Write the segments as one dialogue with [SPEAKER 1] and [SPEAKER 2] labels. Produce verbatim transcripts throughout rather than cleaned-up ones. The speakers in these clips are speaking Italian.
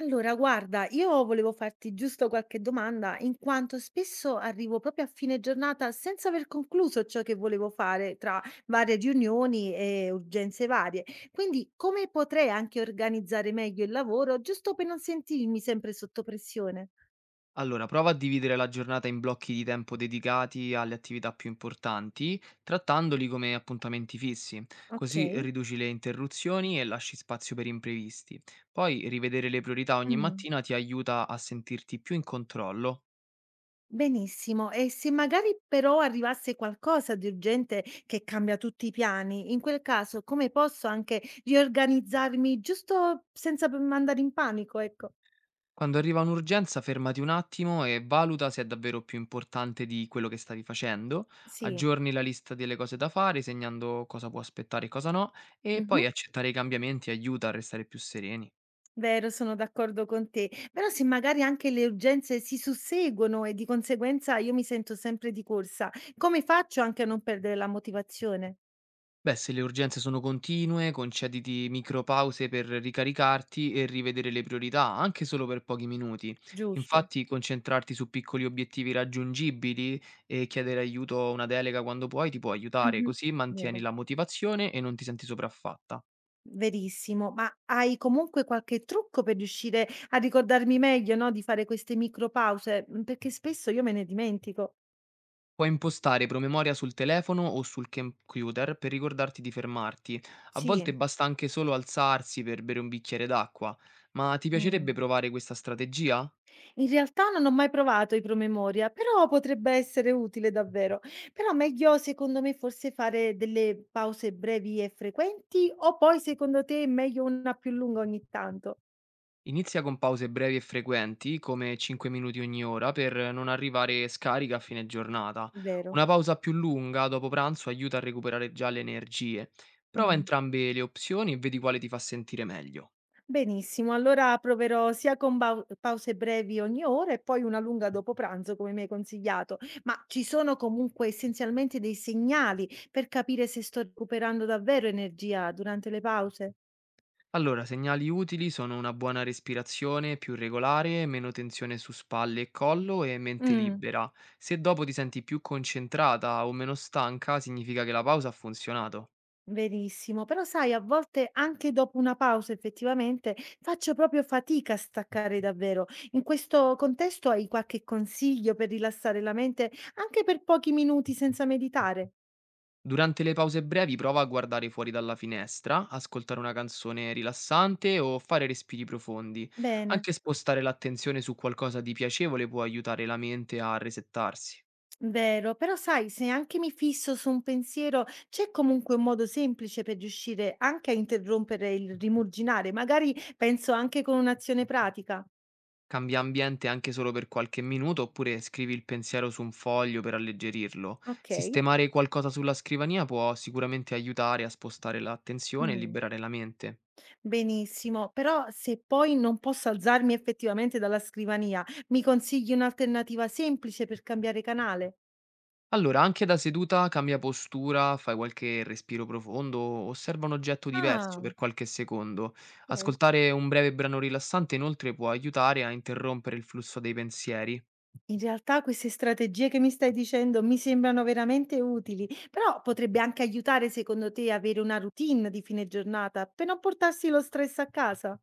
[SPEAKER 1] Allora, guarda, io volevo farti giusto qualche domanda, in quanto spesso arrivo proprio a fine giornata senza aver concluso ciò che volevo fare tra varie riunioni e urgenze varie. Quindi, come potrei anche organizzare meglio il lavoro, giusto per non sentirmi sempre sotto pressione?
[SPEAKER 2] Allora, prova a dividere la giornata in blocchi di tempo dedicati alle attività più importanti, trattandoli come appuntamenti fissi,
[SPEAKER 1] Ok.
[SPEAKER 2] così riduci le interruzioni e lasci spazio per imprevisti. Poi rivedere le priorità ogni
[SPEAKER 1] Mm.
[SPEAKER 2] mattina ti aiuta a sentirti più in controllo.
[SPEAKER 1] Benissimo, e se magari però arrivasse qualcosa di urgente che cambia tutti i piani, in quel caso come posso anche riorganizzarmi giusto senza p- andare in panico, ecco?
[SPEAKER 2] Quando arriva un'urgenza, fermati un attimo e valuta se è davvero più importante di quello che stavi facendo.
[SPEAKER 1] Sì,
[SPEAKER 2] Aggiorni la lista delle cose da fare, segnando cosa può aspettare e cosa no, e
[SPEAKER 1] mh-mh.
[SPEAKER 2] poi accettare i cambiamenti aiuta a restare più sereni.
[SPEAKER 1] Vero, sono d'accordo con te. Però se magari anche le urgenze si susseguono e di conseguenza io mi sento sempre di corsa, come faccio anche a non perdere la motivazione?
[SPEAKER 2] Beh, se le urgenze sono continue, concediti micropause per ricaricarti e rivedere le priorità, anche solo per pochi minuti.
[SPEAKER 1] Giusto.
[SPEAKER 2] Infatti, concentrarti su piccoli obiettivi raggiungibili e chiedere aiuto o una delega quando puoi ti può aiutare,
[SPEAKER 1] Mh-mh.
[SPEAKER 2] così mantieni
[SPEAKER 1] Vero,
[SPEAKER 2] la motivazione e non ti senti sopraffatta.
[SPEAKER 1] verissimo. Ma hai comunque qualche trucco per riuscire a ricordarmi meglio, no, di fare queste micropause? Mhmm. Perché spesso io me ne dimentico.
[SPEAKER 2] Puoi impostare promemoria sul telefono o sul computer per ricordarti di fermarti. A volte
[SPEAKER 1] Sì.
[SPEAKER 2] basta anche solo alzarsi per bere un bicchiere d'acqua. Ma ti
[SPEAKER 1] Mh.
[SPEAKER 2] piacerebbe provare questa strategia?
[SPEAKER 1] In realtà non ho mai provato i promemoria, però potrebbe essere utile davvero. Però meglio secondo me forse fare delle pause brevi e frequenti o poi secondo te è meglio una più lunga ogni tanto?
[SPEAKER 2] Inizia con pause brevi e frequenti, come cinque minuti ogni ora, per non arrivare scarica a fine giornata.
[SPEAKER 1] Vero.
[SPEAKER 2] Una pausa più lunga dopo pranzo aiuta a recuperare già le energie. Prova
[SPEAKER 1] Mm.
[SPEAKER 2] entrambe le opzioni e vedi quale ti fa sentire meglio.
[SPEAKER 1] Benissimo, allora proverò sia con bau- pause brevi ogni ora e poi una lunga dopo pranzo, come mi hai consigliato. Ma ci sono comunque essenzialmente dei segnali per capire se sto recuperando davvero energia durante le pause?
[SPEAKER 2] Allora, segnali utili sono una buona respirazione più regolare, meno tensione su spalle e collo e mente
[SPEAKER 1] Mm.
[SPEAKER 2] libera. Se dopo ti senti più concentrata o meno stanca, significa che la pausa ha funzionato.
[SPEAKER 1] Benissimo, però sai a volte anche dopo una pausa effettivamente faccio proprio fatica a staccare davvero. In questo contesto hai qualche consiglio per rilassare la mente anche per pochi minuti senza meditare?
[SPEAKER 2] Durante le pause brevi prova a guardare fuori dalla finestra, ascoltare una canzone rilassante o fare respiri profondi.
[SPEAKER 1] Bene,
[SPEAKER 2] Anche spostare l'attenzione su qualcosa di piacevole può aiutare la mente a resettarsi.
[SPEAKER 1] vero, però sai, se anche mi fisso su un pensiero, c'è comunque un modo semplice per riuscire anche a interrompere il rimurginare, magari penso anche con un'azione pratica.
[SPEAKER 2] Cambia ambiente anche solo per qualche minuto oppure scrivi il pensiero su un foglio per alleggerirlo.
[SPEAKER 1] Ok.
[SPEAKER 2] Sistemare qualcosa sulla scrivania può sicuramente aiutare a spostare l'attenzione e
[SPEAKER 1] Mm.
[SPEAKER 2] liberare la mente.
[SPEAKER 1] Benissimo, però se poi non posso alzarmi effettivamente dalla scrivania, mi consigli un'alternativa semplice per cambiare canale?
[SPEAKER 2] Allora, anche da seduta cambia postura, fai qualche respiro profondo, osserva un oggetto diverso
[SPEAKER 1] Ah,
[SPEAKER 2] per qualche secondo.
[SPEAKER 1] ok.
[SPEAKER 2] Ascoltare un breve brano rilassante inoltre può aiutare a interrompere il flusso dei pensieri.
[SPEAKER 1] In realtà queste strategie che mi stai dicendo mi sembrano veramente utili, però potrebbe anche aiutare secondo te avere una routine di fine giornata per non portarsi lo stress a casa.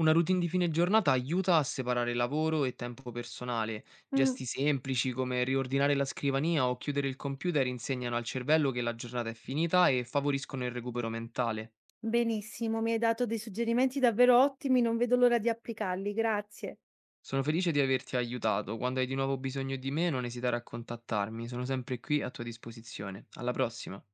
[SPEAKER 2] Una routine di fine giornata aiuta a separare lavoro e tempo personale.
[SPEAKER 1] Mm,
[SPEAKER 2] Gesti semplici come riordinare la scrivania o chiudere il computer insegnano al cervello che la giornata è finita e favoriscono il recupero mentale.
[SPEAKER 1] benissimo, mi hai dato dei suggerimenti davvero ottimi, non vedo l'ora di applicarli, grazie.
[SPEAKER 2] Sono felice di averti aiutato. Quando hai di nuovo bisogno di me, non esitare a contattarmi, sono sempre qui a tua disposizione. Alla prossima.